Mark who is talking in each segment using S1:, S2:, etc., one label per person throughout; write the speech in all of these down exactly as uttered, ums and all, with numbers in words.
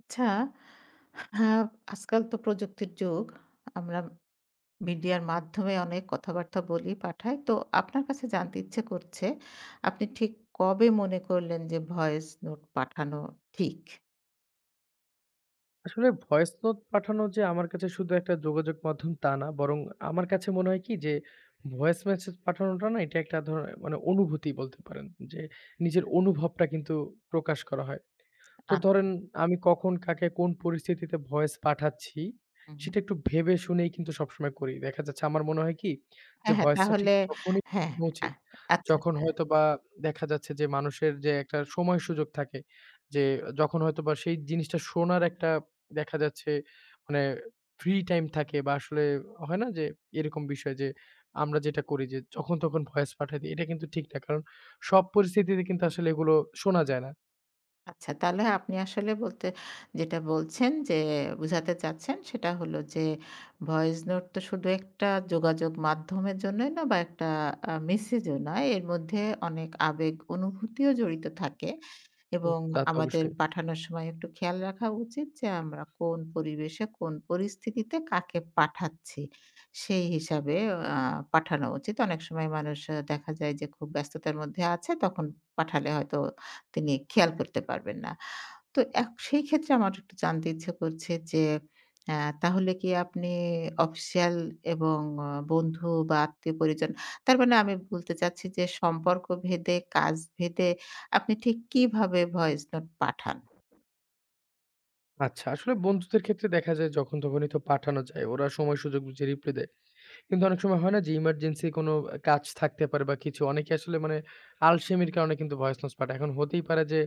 S1: আচ্ছা, হ্যাঁ, আজকাল তো প্রযুক্তির যুগ। আমরা মিডিয়ার মাধ্যমে অনেক কথাবার্তা বলি, পাঠাই। তো আপনার কাছে জানতে ইচ্ছে করছে, আপনি ঠিক কবে মনে করলেন যে ভয়েস নোট পাঠানো ঠিক?
S2: আসলে ভয়েস নোট পাঠানো যে আমার কাছে শুধু একটা যোগাযোগ মাধ্যম তা না। বরং আমার কাছে মনে হয় কি যে ভয়েস মেসেজ পাঠানোটা না এটা একটা ধরনের মানে অনুভূতি বলতে পারেন। যে নিজের অনুভবটা কিন্তু প্রকাশ করা হয়। তো
S1: আ
S2: ধরেন আমি কখন কাকে কোন পরিস্থিতিতে ভয়েস পাঠাচ্ছি,
S1: হুম, হুম।
S2: সেটা একটু ভেবে শুনেই কিন্তু সবসময় করি। দেখা যাচ্ছে আমার মনে হয় কি যে
S1: হ্যাঁ, হ্যাঁ,
S2: ভয়েসটা
S1: তাহলে
S2: ঠিক তখনই
S1: হ্যাঁ,
S2: পাঠানো
S1: আ
S2: উচিত,
S1: আচ্ছা।
S2: যখন হয়তোবা দেখা যাচ্ছে যে মানুষের যে একটা সময় সুযোগ থাকে যে যখন হয়তোবা সেই জিনিসটা শোনার একটা দেখা যাচ্ছে মানে ফ্রি টাইম থাকে বা আসলে হয় না যে এরকম বিষয় যে আমরা যেটা করি যে যখন তখন ভয়েস পাঠাই দিই, এটা কিন্তু ঠিক না। কারণ সব পরিস্থিতিতে কিন্তু আসলে এগুলো শোনা যায় না।
S1: আচ্ছা, তাহলে আপনি আসলে বলতে যেটা বলছেন যে বুঝাতে চাচ্ছেন সেটা হলো যে ভয়েস নোট তো শুধু একটা যোগাযোগ মাধ্যমের জন্যই না বা একটা আ মেসেজও নয়। এর মধ্যে অনেক আবেগ অনুভূতিও জড়িত থাকে।
S2: হুম,
S1: এবং
S2: তা তো
S1: আমাদের
S2: অবশ্যই।
S1: পাঠানোর সময় একটু খেয়াল রাখা উচিত যে আমরা কোন পরিবেশে, কোন পরিস্থিতিতে কাকে পাঠাচ্ছি, সেই হিসাবে আ পাঠানো উচিত। অনেক সময় মানুষ আ দেখা যায় যে খুব ব্যস্ততার মধ্যে আছে, তখন পাঠালে হয়তো তিনি খেয়াল করতে পারবেন না। তো এক সেই ক্ষেত্রে আমার একটু জানতে ইচ্ছা করছে যে অ্যা তাহলে কি আপনি অফিসিয়াল এবং আ বন্ধু বা আত্মীয় পরিজন তার মানে আমি বলতে চাচ্ছি যে সম্পর্ক ভেদে, কাজ ভেদে আপনি ঠিক কিভাবে ভয়েস নোট পাঠান?
S2: আচ্ছা, আসলে বন্ধুদের ক্ষেত্রে দেখা যায় যখন তখনই তো পাঠানো যায়। ওরা সময় সুযোগ বুঝে রিপ্লাই দেয়। কিন্তু অনেক সময় হয় না যে ইমার্জেন্সি কোনো আ কাজ থাকতে পারে বা কিছু অনেকে আসলে মানে আলসেমির কারণে কিন্তু ভয়েস নোটস পাঠায়। এখন হতেই পারে যে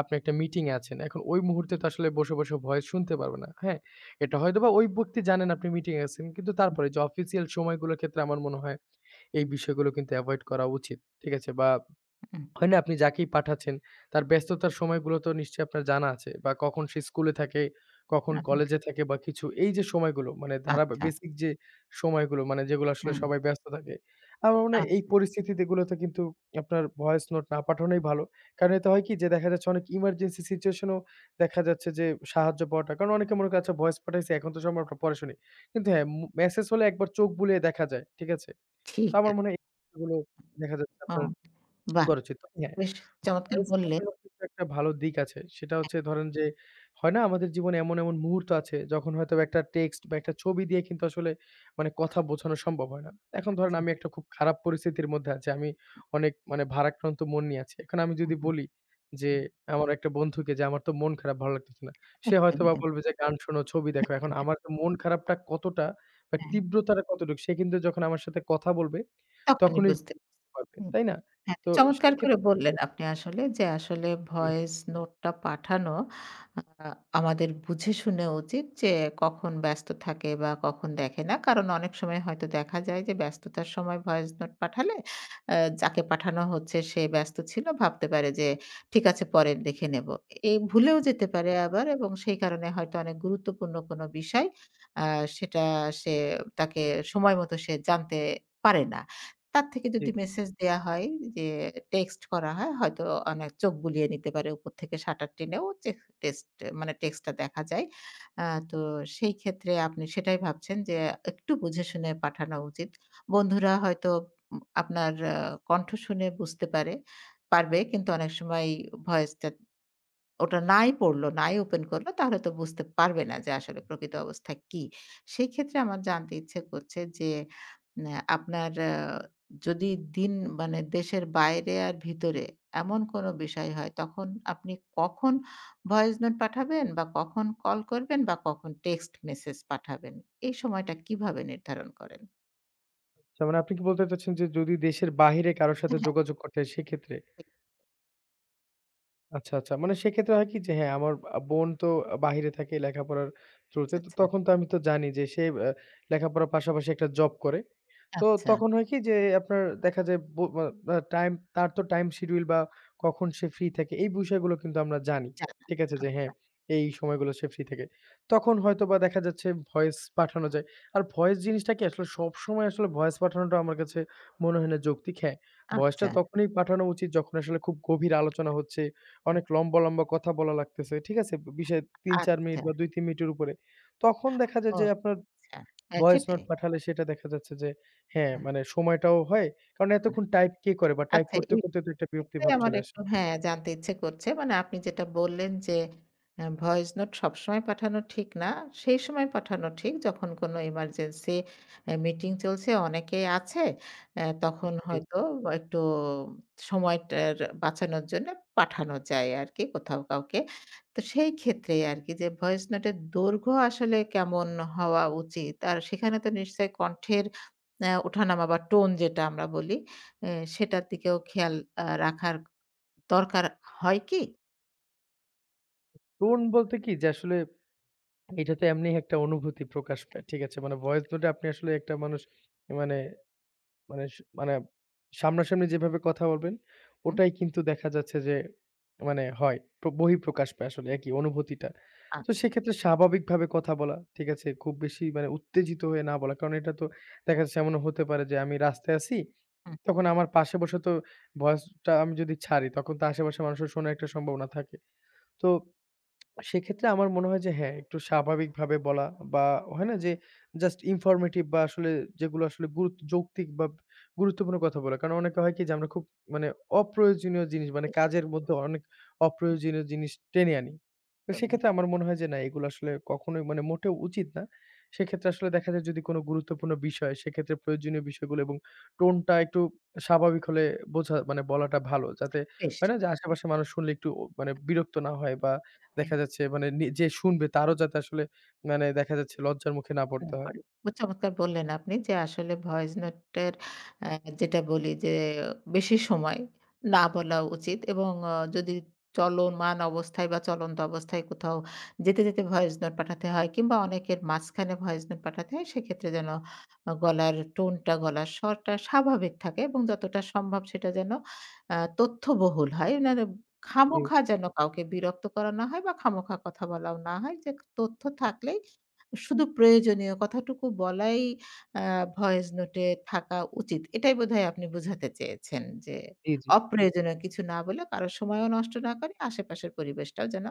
S2: আপনি একটা মিটিং এ আছেন। এখন ওই মুহূর্তে তো আসলে বসে, বসে ভয়েস শুনতে পারবে না। হ্যাঁ? এটা হয়তোবা ওই ব্যক্তি জানেন আপনি মিটিং এ আছেন। কিন্তু তারপরে যে অফিসিয়াল সময়গুলোর ক্ষেত্রে আমার মনে হয় এই বিষয়গুলো কিন্তু এভয়েড করা উচিত। ঠিক আছে? বা
S1: হুম,
S2: হয় না আপনি যাকেই পাঠাচ্ছেন, তার ব্যস্ততার সময়গুলো তো নিশ্চয়ই আপনার জানা আছে বা কখন সে স্কুলে থাকে, কখন
S1: আচ্ছা,
S2: কলেজে থাকে বা কিছু। এই যে সময়গুলো মানে ধারা
S1: আচ্ছা,
S2: বেসিক যে সময়গুলো মানে যেগুলো আসলে
S1: হুম,
S2: সবাই ব্যস্ত থাকে। আমার মনে হয় এই
S1: আচ্ছা।
S2: পরিস্থিতিতে গুলোতে কিন্তু আপনার ভয়েস নোট না পাঠানোই ভালো। কারণ এতে হয় কি যে দেখা যাচ্ছে অনেক ইমার্জেন্সি সিচুয়েশন এও দেখা যাচ্ছে যে সাহায্য পাওয়াটা কারণ অনেকে মনে করে আচ্ছা ভয়েস পাঠাইছি এখন তো সম্ভব না পরে শুনি। কিন্তু হ্যাঁ, ম মেসেজ হলে একবার চোখ বুলিয়ে দেখা যায়। ঠিক আছে? তো
S1: ঠিক
S2: আমার
S1: আছে।
S2: মনে হয় এই গুলো দেখা যাচ্ছে
S1: ও
S2: আপনার
S1: বাহ!
S2: করা উচিত। হ্যাঁ।
S1: বেশ চমৎকার
S2: ভয়েস
S1: বললেন।
S2: পাঠানোর কিন্তু একটা ভালো দিক আছে। সেটা
S1: হ্যাঁ,
S2: হচ্ছে ধরেন যে, হয় না আমাদের জীবনে এমন, এমন মুহূর্ত আছে যখন হয়তোবা একটা টেক্সট বা একটা ছবি দিয়ে কিন্তু আসলে মানে কথা বোঝানো সম্ভব হয় না। এখন ধরেন
S1: আচ্ছা।
S2: আমি একটা খুব খারাপ পরিস্থিতির মধ্যে আছি। আমি অনেক মানে ভারাক্রান্ত মন নিয়ে আছি। এখন আমি
S1: হুম,
S2: যদি
S1: হুম,
S2: বলি যে,
S1: হুম।
S2: আমার একটা বন্ধুকে যে, "আমার তো মন খারাপ, ভালো লাগতেছে না।" সে
S1: একদমই
S2: হয়তোবা
S1: তাই।
S2: বলবে যে, "গান শোনো, ছবি দেখো।" এখন
S1: হ্যাঁ, হ্যাঁ।
S2: আমার তো মন খারাপটা কতটা বা
S1: হ্যাঁ,
S2: তীব্রতাটা কতটুকু সে কিন্তু যখন আমার সাথে কথা বলবে
S1: তখনই
S2: তখনই
S1: বুঝতে
S2: বুঝতে পারবে।
S1: হুম।
S2: তাই না?
S1: হ্যাঁ,
S2: তো
S1: চমৎকার করে
S2: সেক্ষেত্রে
S1: বললেন আপনি আসলে যে আসলে
S2: জি।
S1: ভয়েস নোটটা পাঠানো আ আমাদের বুঝে শুনে উচিত যে কখন ব্যস্ত থাকে বা কখন দেখে না। কারণ অনেক সময় হয়তো দেখা যায় যে ব্যস্ততার সময় ভয়েস নোট পাঠালে আ যাকে পাঠানো হচ্ছে সে ব্যস্ত ছিল ভাবতে পারে যে ঠিক আছে পরে দেখে নেব। এই ভুলেও যেতে পারে আবার এবং সেই কারণে হয়তো অনেক গুরুত্বপূর্ণ কোনো বিষয় আ সেটা সে তাকে সময় মতো সে জানতে পারে না। তার থেকে
S2: জি।
S1: যদি মেসেজ দেয়া হয় যে টেক্সট করা হয়, হয়তো অনেক চোখ বুলিয়ে নিতে পারে উপর থেকে শাটার টেনেও চেক টেক্সট মানে টেক্সটটা দেখা যায়। আ তো সেই ক্ষেত্রে আপনি সেটাই ভাবছেন যে একটু বুঝে শুনে পাঠানো উচিত। বন্ধুরা হয়তো উম আপনার আ কণ্ঠ শুনে বুঝতে পারে পারবে কিন্তু অনেক সময় ভয়েসটা ওটা নাই পড়লো, নাই ওপেন করলো তাহলে তো বুঝতে পারবে না যে আসলে প্রকৃত অবস্থা কি? সেক্ষেত্রে আমার জানতে ইচ্ছে করছে যে ন্যা আপনার আ যদি দিন মানে দেশের বাইরে আর ভিতরে এমন কোনো বিষয় হয় তখন আপনি কখন ভয়েস নোট পাঠাবেন বা কখন কল করবেন বা কখন টেক্সট মেসেজ পাঠাবেন? এই সময়টা কিভাবে নির্ধারণ করেন?
S2: আচ্ছা মানে আপনি কি বলতে চাচ্ছেন যে যদি দেশের বাহিরে কারো
S1: হ্যাঁ,
S2: সাথে
S1: হ্যাঁ।
S2: যোগাযোগ করতে হয় সেক্ষেত্রে?
S1: ঠিক
S2: আচ্ছা, আচ্ছা। মানে সেক্ষেত্রে হয় কি যে হ্যাঁ, আমার আ বোন তো বাহিরে থাকে লেখাপড়ার থ্রুতে। তো
S1: আছে।
S2: তখন তো আমি তো জানি যে সে আ লেখাপড়ার পাশাপাশি একটা জব করে। তো
S1: আচ্ছা,
S2: তখন হয় কি? যে আপনার দেখা যায় ব বা বা টাইম তার তো টাইম শিডিউল বা কখন সে ফ্রি থাকে এই বিষয়গুলো কিন্তু আমরা জানি।
S1: আচ্ছা,
S2: ঠিক আছে? যে হ্যাঁ, এই সময়গুলো সে ফ্রি থাকে। তখন হয়তোবা দেখা যাচ্ছে ভয়েস পাঠানো যায়। আর ভয়েস জিনিসটা কি আসলে সবসময় আসলে ভয়েস পাঠানোটা আমার কাছে মনে হয় না যৌক্তিক। হ্যাঁ,
S1: আচ্ছা,
S2: ভয়েসটা
S1: আচ্ছা,
S2: তখনই পাঠানো উচিত যখন আসলে খুব গভীর আলোচনা হচ্ছে। অনেক লম্বা, লম্বা কথা বলা লাগতেছে। ঠিক আছে? বিষয় তিন থেকে চার মিনিট
S1: আচ্ছা,
S2: বা দুই থেকে তিন মিনিটের উপরে। তখন দেখা যায়
S1: ও
S2: যে আপনার
S1: আচ্ছা। হ্যাঁ,
S2: ভয়েস নোট
S1: সেটাই।
S2: পাঠালে সেটা দেখা যাচ্ছে যে হ্যাঁ,
S1: আ
S2: মানে সময়টাও হয়। কারণ
S1: আ
S2: এতক্ষণ টাইপ কে করে বা টাইপ
S1: আচ্ছা
S2: করতে,
S1: এই
S2: করতে তো একটা
S1: এটাই
S2: বিরক্তিভাব
S1: আমার
S2: চলে আসে।
S1: একটু হ্যাঁ, জানতে ইচ্ছে করছে। মানে আপনি যেটা বললেন যে অ্যা ভয়েস নোট সবসময় পাঠানো ঠিক না। সেই সময় পাঠানো ঠিক যখন কোনো এমার্জেন্সি অ্যা মিটিং চলছে, অনেকেই আছে। অ্যা তখন
S2: জি।
S1: হয়তো একটু সময়টার বাঁচানোর জন্য পাঠানো যায় আরকি কোথাও কাউকে। তো সেই ক্ষেত্রে আরকি যে ভয়েস নোটের দৈর্ঘ্য আসলে কেমন হওয়া উচিত? আর সেখানে তো নিশ্চয়ই কণ্ঠের অ্যা ওঠানামা বা টোন যেটা আমরা বলি এ সেটার দিকেও খেয়াল আ রাখার দরকার হয় কি?
S2: টোন বলতে কি যে আসলে এটা তো এমনি একটা অনুভূতি প্রকাশ পায়। ঠিক আছে? মানে ভয়েস নোটে আপনি আসলে একটা মানুষ মানে মানে স মানে সামনাসামনি যেভাবে কথা বলবেন
S1: হুম,
S2: ওটাই কিন্তু দেখা যাচ্ছে যে মানে হয়। প্র বহিঃপ্রকাশ পায় আসলে একই অনুভূতিটা। তো
S1: আচ্ছা।
S2: সেক্ষেত্রে স্বাভাবিকভাবে কথা বলা, ঠিক আছে? খুব বেশি মানে উত্তেজিত হয়ে না বলা। কারণ এটা তো দেখা যাচ্ছে এমনও হতে পারে যে আমি রাস্তায় আছি
S1: হুম,
S2: তখন আমার পাশে বসে তো ভয়েসটা আমি যদি ছাড়ি, তখন তো আশেপাশের মানুষের শোনার একটা সম্ভাবনা থাকে। তো সেক্ষেত্রে আমার মনে হয় যে হ্যাঁ, একটু স্বাভাবিকভাবে বলা বা হয় না যে জাস্ট ইনফরমেটিভ বা আসলে যেগুলো আসলে গুরুত্ব যৌক্তিক বা গুরুত্বপূর্ণ কথা বলা। কারণ অনেকে হয় কি যে আমরা খুব মানে অপ্রয়োজনীয় জিনিস মানে
S1: এ সে
S2: কাজের মধ্যে অনেক
S1: হুম।
S2: অপ্রয়োজনীয় জিনিস টেনে আনি। তো
S1: একদমই
S2: সেক্ষেত্রে আমার মনে হয় যে না এগুলো আসলে কখনোই মানে মোটেও উচিত না। সেক্ষেত্রে আসলে দেখা যায় যদি কোনো গুরুত্বপূর্ণ বিষয় সেক্ষেত্রে প্রয়োজনীয় বিষয়গুলো এবং টোনটা একটু স্বাভাবিক হলে বোঝা মানে বলাটা ভালো। যাতে
S1: বেশ।
S2: হয় না যে আশেপাশের মানুষ শুনলে একটু ও মানে বিরক্ত না হয় বা
S1: হ্যাঁ।
S2: দেখা যাচ্ছে মানে নি যে শুনবে তারও যাতে আসলে মানে দেখা যাচ্ছে লজ্জার মুখে না পড়তে
S1: না,
S2: হয়।
S1: খুব চমৎকার বললেন আপনি যে আসলে ভয়েস নোটের আ যেটা বলি যে বেশি সময় না বলা উচিত এবং আ যদি চলমান অবস্থায় বা চলন্ত অবস্থায় কোথাও যেতে, যেতে ভয়েস নোট পাঠাতে হয় কিংবা অনেকের মাঝখানে ভয়েস নোট পাঠাতে হয় সেক্ষেত্রে যেন আ গলার টোনটা, গলার স্বরটা স্বাভাবিক থাকে এবং যতটা সম্ভব সেটা যেন আ তথ্যবহুল হয়। না রে
S2: জি,
S1: খামোখা যেন কাউকে বিরক্ত করা না হয় বা খামোখা কথা বলাও না হয়। যে তথ্য থাকলেই শুধু প্রয়োজনীয় কথাটুকু বলাই আ ভয়েস নোটে থাকা উচিত। এটাই বোধহয় আপনি বুঝাতে চেয়েছেন যে,
S2: জি, জি।
S1: অপ্রয়োজনীয় কিছু না বলে কারো সময়ও নষ্ট না করে আশেপাশের পরিবেশটাও যেন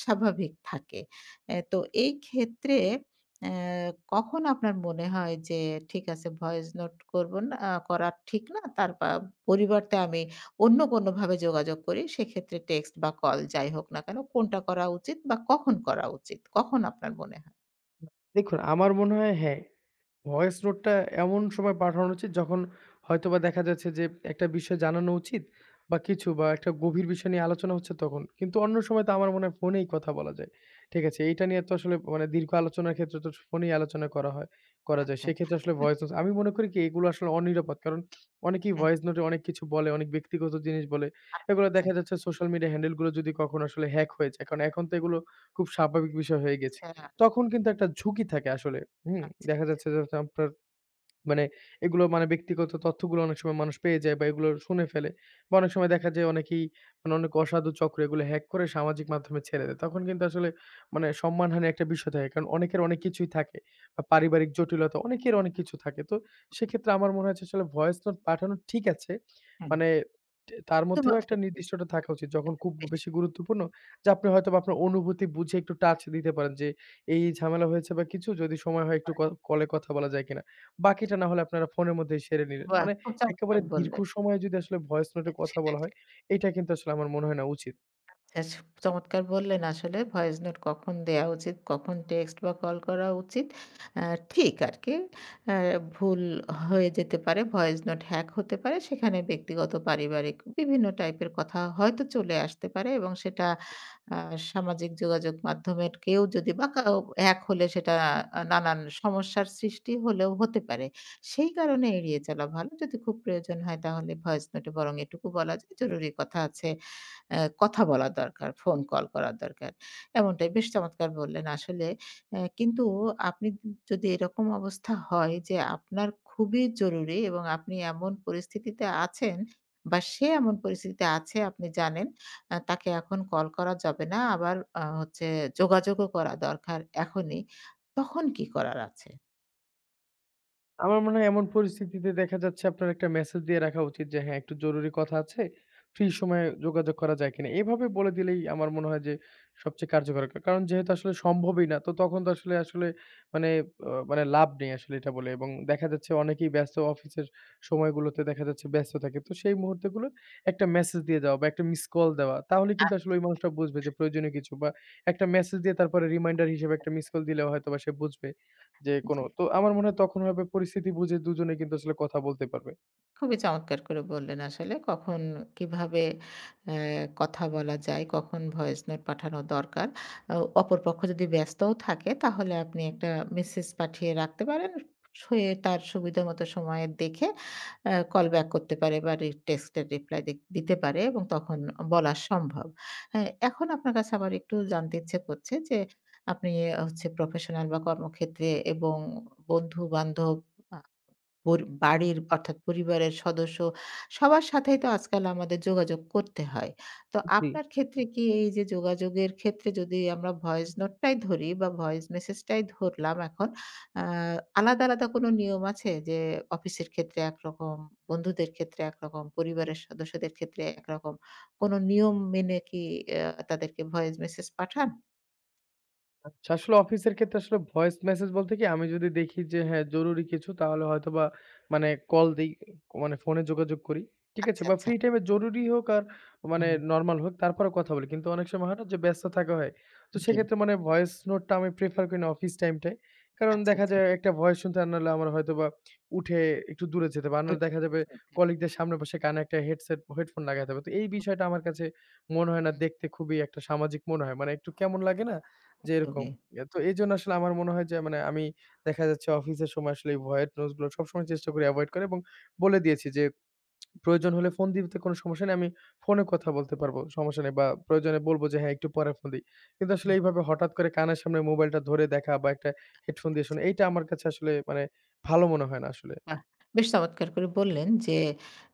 S1: স্বাভাবিক থাকে। অ্যা তো এই ক্ষেত্রে অ্যা কখন আপনার মনে হয় যে ঠিক আছে ভয়েস নোট করব না আ করা ঠিক না। তার পা পরিবর্তে আমি অন্য কোনোভাবে যোগাযোগ করি। সেক্ষেত্রে টেক্সট বা কল যাই হোক না কেন কোনটা করা উচিত বা কখন করা উচিত? কখন আপনার মনে হয়?
S2: দেখুন আমার মনে হয় হ্যাঁ, ভয়েস নোটটা এমন সময় পাঠানো উচিত যখন হয়তোবা দেখা যাচ্ছে যে একটা বিষয় জানানো উচিত বা কিছু বা একটা গভীর বিষয় নিয়ে আলোচনা হচ্ছে তখন। কিন্তু অন্য সময় তো আমার মনে হয় ফোনেই কথা বলা যায়। ঠিক আছে? এইটা নিয়ে তো আসলে মানে দীর্ঘ আলোচনার ক্ষেত্রে তো ফোনেই আলোচনা করা হয় করা যায়।
S1: আচ্ছা।
S2: সেক্ষেত্রে আসলে
S1: হু,
S2: ভয়েস নোট আমি মনে করি কি এগুলো আসলে অনিরাপদ। কারণ অনেকেই
S1: হুম।
S2: ভয়েস নোটে অনেক কিছু বলে, অনেক ব্যক্তিগত জিনিস বলে। এগুলো
S1: আচ্ছা,
S2: দেখা যাচ্ছে সোশ্যাল মিডিয়া হ্যান্ডেল গুলো যদি কখনো আসলে হ্যাক হয়ে যায়। কারণ এখন তো এগুলো খুব স্বাভাবিক বিষয় হয়ে গেছে।
S1: আচ্ছা,
S2: তখন কিন্তু একটা ঝুঁকি থাকে আসলে। হুম,
S1: আচ্ছা,
S2: দেখা
S1: আচ্ছা।
S2: যাচ্ছে যে হচ্ছে আপনার মানে এগুলো মানে ব্যক্তিগত তথ্যগুলো অনেক সময় মানুষ পেয়ে যায় বা এগুলো শুনে ফেলে। বা অনেক সময় দেখা যায় অনেকেই মানে অনেক অসাধু চক্র এগুলো হ্যাক করে সামাজিক মাধ্যমে ছেড়ে দেয়। তখন কিন্তু আসলে মানে সম্মানহানির একটা বিষয় থাকে। কারণ অনেকের অনেক কিছুই থাকে। বা পারিবারিক জটিলতা অনেকের অনেক কিছু থাকে। তো সেক্ষেত্রে আমার মনে হয় যে আসলে ভয়েস নোট পাঠানো ঠিক আছে।
S1: হুম।
S2: মানে তে তার মধ্যেও
S1: শুধুমাত্র
S2: একটা নির্দিষ্টটা থাকা উচিত। যখন খুব
S1: বেশ
S2: বেশি গুরুত্বপূর্ণ যে আপনি হয়তোবা আপনার অনুভূতি বুঝে একটু টাচ দিতে পারেন যে, এই ঝামেলা হয়েছে বা কিছু যদি সময় হয় একটু ক কলে কথা বলা যায় কিনা? বাকিটা না হলে আপনারা ফোনের মধ্যেই সেরে নিলেন।
S1: বাহ!
S2: মানে
S1: খুব চমৎকার
S2: একেবারে দীর্ঘ
S1: বললেন।
S2: সময়ে যদি আসলে ভয়েস নোট এ কথা
S1: সেটাই,
S2: বলা হয়,
S1: সেটাই।
S2: এইটা কিন্তু আসলে আমার মনে হয় না উচিত।
S1: বেশ চমৎকার বললেন আসলে ভয়েস নোট কখন দেয়া উচিত, কখন টেক্সট বা কল করা উচিত। আ ঠিক আরকি আ ভুল হয়ে যেতে পারে। ভয়েস নোট হ্যাক হতে পারে। সেখানে ব্যক্তিগত, পারিবারিক বিভিন্ন টাইপের কথা হয়তো চলে আসতে পারে এবং সেটা আ সামাজিক যোগাযোগ মাধ্যমের কেউ যদি বা কাউ হ্যাক হলে সেটা আ নানান সমস্যার সৃষ্টি হলেও হতে পারে। সেই কারণে এড়িয়ে চলা ভালো। যদি খুব প্রয়োজন হয় তাহলে ভয়েস নোটে বরং এটুকু বলা যায়, "জরুরি কথা আছে।" অ্যা কথা বলা দরকার, ফোন কল করা দরকার। এমনটাই বেশ চমৎকার বললেন। আসলে অ্যা কিন্তু আপনি যদি এরকম অবস্থা হয় যে আপনার খুবই জরুরি এবং আপনি এমন পরিস্থিতিতে আছেন বা সে এমন পরিস্থিতিতে আছে আপনি জানেন, আ তাকে এখন কল করা যাবে না। আবার আ হচ্ছে যোগাযোগও করা দরকার এখনই। তখন কি করার আছে?
S2: আমার মনে হয় এমন পরিস্থিতিতে দেখা যাচ্ছে আপনার একটা মেসেজ দিয়ে রাখা উচিত যে হ্যাঁ একটু জরুরি কথা আছে, ফ্রি সময়ে যোগাযোগ করা যায় কিনা? এভাবে বলে দিলেই আমার মনে হয় যে সবচেয়ে কার্যকর। কা কারণ যেহেতু আসলে সম্ভবই না তো তখন তো আসলে, আসলে মানে অ মানে লাভ নেই আসলে এটা বলে এবং দেখা যাচ্ছে অনেকেই ব্যস্ত অফিসের সময়গুলোতে দেখা যাচ্ছে ব্যস্ত থাকে। তো সেই মুহূর্তগুলো একটা মেসেজ দিয়ে দেওয়া বা একটা মিস কল দেওয়া। তাহলে কিন্তু আসলে ওই মানুষটা বুঝবে যে প্রয়োজনীয় কিছু বা একটা মেসেজ দিয়ে তারপরে রিমাইন্ডার হিসেবে একটা মিস কল দিলেও হয়তোবা সে বুঝবে। যে কোনো
S1: জি।
S2: তো আমার মনে হয় তখন হবে পরিস্থিতি বুঝে দুজনে কিন্তু আসলে কথা বলতে পারবে।
S1: খুবই চমৎকার করে বললেন আসলে। কখন কিভাবে অ্যা কথা বলা যায়, কখন ভয়েস নোট পাঠানো দরকার। আ অপরপক্ষ যদি ব্যস্তও থাকে তাহলে আপনি একটা মেসেজ পাঠিয়ে রাখতে পারেন। সে তার সুবিধা মতো সময় দেখে অ্যা কল ব্যাক করতে পারে বা রি টেক্সটের রিপ্লাই দি দিতে পারে এবং তখন বলা সম্ভব। হ্যাঁ, এখন আপনার কাছে আবার একটু জানতে ইচ্ছে করছে যে আপনি হচ্ছে প্রফেশনাল বা কর্মক্ষেত্রে এবং বন্ধু-বান্ধব পরি বাড়ির অর্থাৎ পরিবারের সদস্য সবার সাথেই তো আজকাল আমাদের যোগাযোগ করতে হয়। তো
S2: জি।
S1: আপনার ক্ষেত্রে কি এই যে যোগাযোগের ক্ষেত্রে যদি আমরা ভয়েস নোটটাই ধরি বা ভয়েস মেসেজটাই ধরলাম এখন, আ আলাদা, আলাদা কোনো নিয়ম আছে? যে অফিসের ক্ষেত্রে একরকম, বন্ধুদের ক্ষেত্রে একরকম, পরিবারের সদস্যদের ক্ষেত্রে একরকম। কোনো নিয়ম মেনে কি আ তাদেরকে ভয়েস মেসেজ পাঠান?
S2: আচ্ছা, আসলে অফিসের ক্ষেত্রে আসলে ভয়েস মেসেজ বলতে কি আমি যদি দেখি যে হ্যাঁ, জরুরি কিছু তাহলে হয়তোবা মানে কল দেই মানে ফোনে যোগাযোগ করি। ঠিক আছে?
S1: আচ্ছা,
S2: বা
S1: আচ্ছা।
S2: ফ্রি টাইমে জরুরি হোক আর মানে
S1: হুম,
S2: নরমাল হোক তারপরেও কথা বলি। কিন্তু অনেক সময় হয় না যে ব্যস্ত থাকা হয়। তো
S1: জি।
S2: সেক্ষেত্রে মানে ভয়েস নোটটা আমি প্রেফার করি না অফিস টাইমটায়। কারণ
S1: আচ্ছা,
S2: দেখা
S1: আচ্ছা।
S2: যায় একটা ভয়েস শুনতে আর নাহলে আমার হয়তোবা উঠে একটু দূরে যেতে হবে। আর নাহলে
S1: বুঝতে
S2: দেখা যাবে
S1: পেরেছি।
S2: কলিগদের সামনে বসে কানে একটা হেডসেট হেডফোন লাগাতে হবে। তো এই বিষয়টা আমার কাছে মনে হয় না
S1: হুম,
S2: দেখতে খুবই একটা সামাজিক মনে হয়। মানে একটু কেমন লাগে না? যে এরকম।
S1: একদমই।
S2: এ তো এজন্য আসলে আমার মনে হয় যে মানে আমি দেখা যাচ্ছে অফিসের সময় আসলে এই ভয়ের নোটস গুলো সবসময় চেষ্টা করি এভয়েড করার এবং বলে দিয়েছি যে, "প্রয়োজন হলে ফোন দিতে কোনো সমস্যা নেই। আমি ফোনে কথা বলতে পারবো। সমস্যা নেই।" বা প্রয়োজনে বলবো যে, "হ্যাঁ, একটু পরে ফোন দিই।" কিন্তু আসলে
S1: হুম,
S2: এইভাবে হঠাৎ করে কানের সামনে মোবাইলটা ধরে দেখা বা একটা হেডফোন দিয়ে
S1: আচ্ছা।
S2: শোনা এইটা আমার কাছে আসলে মানে ভালো মনে হয় না আসলে।
S1: বাহ! বেশ চমৎকার করে বললেন যে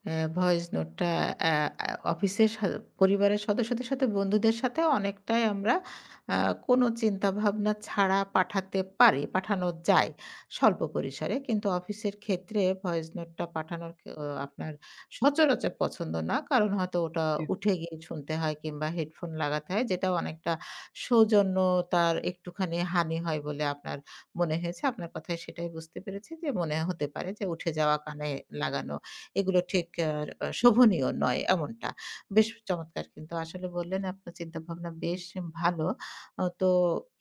S1: অ্যা ভয়েস নোটটা অ্যা অ্যা অফিসের সা পরিবারের সদস্যদের সাথে, বন্ধুদের সাথেও অনেকটাই আমরা আ কোনো চিন্তাভাবনা ছাড়া পাঠাতে পারি, পাঠানো যায় স্বল্প পরিসরে। কিন্তু অফিসের ক্ষেত্রে ভয়েস নোটটা পাঠানোর ক অ আপনার সচরাচর পছন্দ না। কারণ হয়তো ওটা
S2: জি,
S1: উঠে গিয়ে শুনতে হয় কিংবা হেডফোন লাগাতে হয়, যেটা অনেকটা সৌজন্যতার একটুখানি হানি হয় বলে আপনার মনে হয়েছে আপনার কথায় সেটাই বুঝতে পেরেছি যে মনে হতে পারে যে উঠে যাওয়া কানে লাগানো এগুলো ঠিক আ আ শোভনীয় নয় এমনটা। বেশ চমৎকার কিন্তু আসলে বললেন আপনার চিন্তাভাবনা বেশ ভালো। আ তো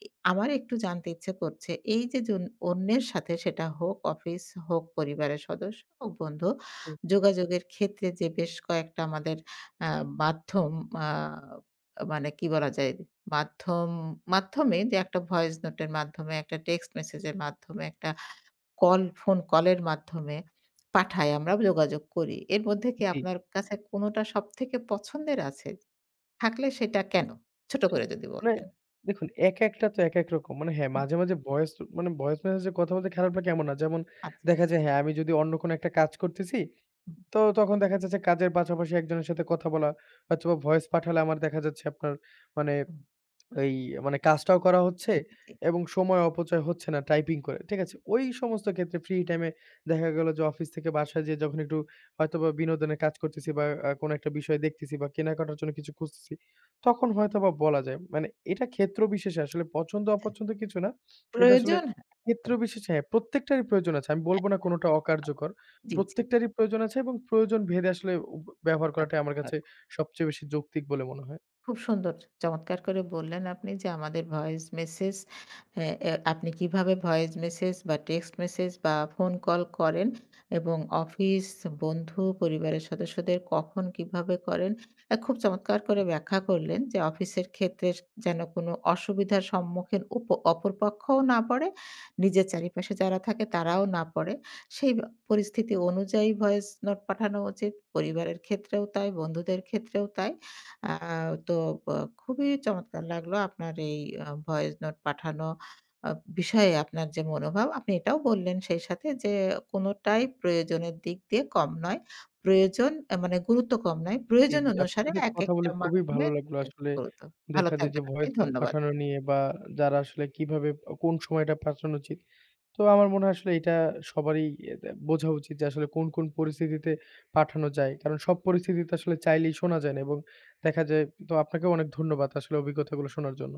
S1: এ আমার একটু জানতে ইচ্ছে করছে এই যে জন অন্যের সাথে সেটা হোক অফিস, হোক পরিবারের সদস্য, হোক বন্ধু, যোগাযোগের ক্ষেত্রে যে বেশ কয়েকটা আমাদের আ মাধ্যম আ মানে কি বলা যায় মাধ্যম মাধ্যমে যে একটা ভয়েস নোটের মাধ্যমে, একটা টেক্সট মেসেজের মাধ্যমে, একটা কল ফোন কলের মাধ্যমে পাঠাই আমরা যোগাযোগ করি। এর মধ্যে কি
S2: জি।
S1: আপনার কাছে কোনটা সবথেকে পছন্দের আছে? থাকলে সেটা কেন? ছোট
S2: আচ্ছা।
S1: করে যদি
S2: মানে
S1: বলতেন।
S2: দেখুন একেকটা তো একেক রকম। মানে হ্যাঁ,
S1: হুম।
S2: মাঝে, মাঝে ভয়েস মানে ভয়েস মেসেজে কথা বলতে খারাপ লাগে এমন না। যেমন
S1: আচ্ছা।
S2: দেখা যায় হ্যাঁ, আমি যদি অন্য কোনো একটা কাজ করতেছি,
S1: হুম,
S2: তো তখন দেখা যাচ্ছে কাজের পাশাপাশি একজনের সাথে কথা বলা হয়তোবা ভয়েস পাঠালে আমার দেখা যাচ্ছে আপনার মানে
S1: হুম।
S2: এই মানে কাজটাও করা হচ্ছে
S1: জি, জি, জি।
S2: এবং সময় অপচয় হচ্ছে না টাইপিং করে। ঠিক আছে? ওই সমস্ত ক্ষেত্রে ফ্রি টাইমে দেখা গেল যে অফিস থেকে বাসায় যেয়ে যখন একটু হয়তোবা বিনোদনের কাজ করতেছি বা আ কোনো একটা বিষয় দেখতেছি বা কেনাকাটার জন্য কিছু খুঁজতেছি, তখন হয়তোবা বলা যায়। মানে এটা ক্ষেত্র বিশেষে আসলে পছন্দ অপছন্দ কিছু না। কিন্তু আসলে
S1: প্রয়োজন? হ্যাঁ।
S2: ক্ষেত্র বিশেষে হ্যাঁ, প্রত্যেকটারই প্রয়োজন আছে। আমি বলব না কোনোটা অকার্যকর।
S1: জি, জি, জি।
S2: প্রত্যেকটারই প্রয়োজন আছে এবং প্রয়োজন ভেদে আসলে উব ব্যবহার করাটাই আমার
S1: আচ্ছা।
S2: কাছে সবচেয়ে বেশি যৌক্তিক বলে মনে হয়।
S1: খুব সুন্দর। চমৎকার করে বললেন আপনি যে আমাদের ভয়েস মেসেজ অ্যা অ্যা আপনি কিভাবে ভয়েস মেসেজ বা টেক্সট মেসেজ বা ফোন কল করেন এবং অফিস, বন্ধু, পরিবারের সদস্যদের কখন কিভাবে করেন। অ্যা খুব চমৎকার করে ব্যাখ্যা করলেন যে অফিসের ক্ষেত্রে যেন কোনো অসুবিধার সম্মুখীন উপ অপর পক্ষও না পড়ে, নিজের চারিপাশে যারা থাকে তারাও না পড়ে। সেই বা পরিস্থিতি অনুযায়ী ভয়েস নোট পাঠানো উচিত। পরিবারের ক্ষেত্রেও তাই, বন্ধুদের ক্ষেত্রেও তাই। আ তো ব খুবই চমৎকার লাগলো আপনার এই আ ভয়েস নোট পাঠানো আ বিষয়ে আপনার যে মনোভাব, আপনি এটাও বললেন সেই সাথে যে কোনটাই প্রয়োজনের দিক দিয়ে কম নয়। প্রয়োজন আ মানে গুরুত্ব কম নয়।
S2: জি,
S1: প্রয়োজন
S2: জি। আপনার
S1: অনুসারে
S2: সাথে কথা
S1: একেকটা
S2: বলে খুবই
S1: মাধ্যমে
S2: ভালো লাগলো।
S1: এক
S2: আসলে
S1: গুরুত্ব। ভালো
S2: দেখা যায় যে
S1: থাকবেন আপনি।
S2: ভয়েস নোট
S1: ধন্যবাদ।
S2: পাঠানো নিয়ে বা যারা আসলে কিভাবে আ কোন সময়টা পাঠানো উচিত। তো আমার মনে হয় আসলে এটা সবারই এটা বোঝা উচিত যে আসলে কোন, কোন পরিস্থিতিতে পাঠানো যায়। কারণ সব পরিস্থিতিতে আসলে চাইলেই শোনা যায় না এবং দেখা যায় তো আপনাকেও অনেক ধন্যবাদ আসলে অভিজ্ঞতাগুলো শোনার জন্য।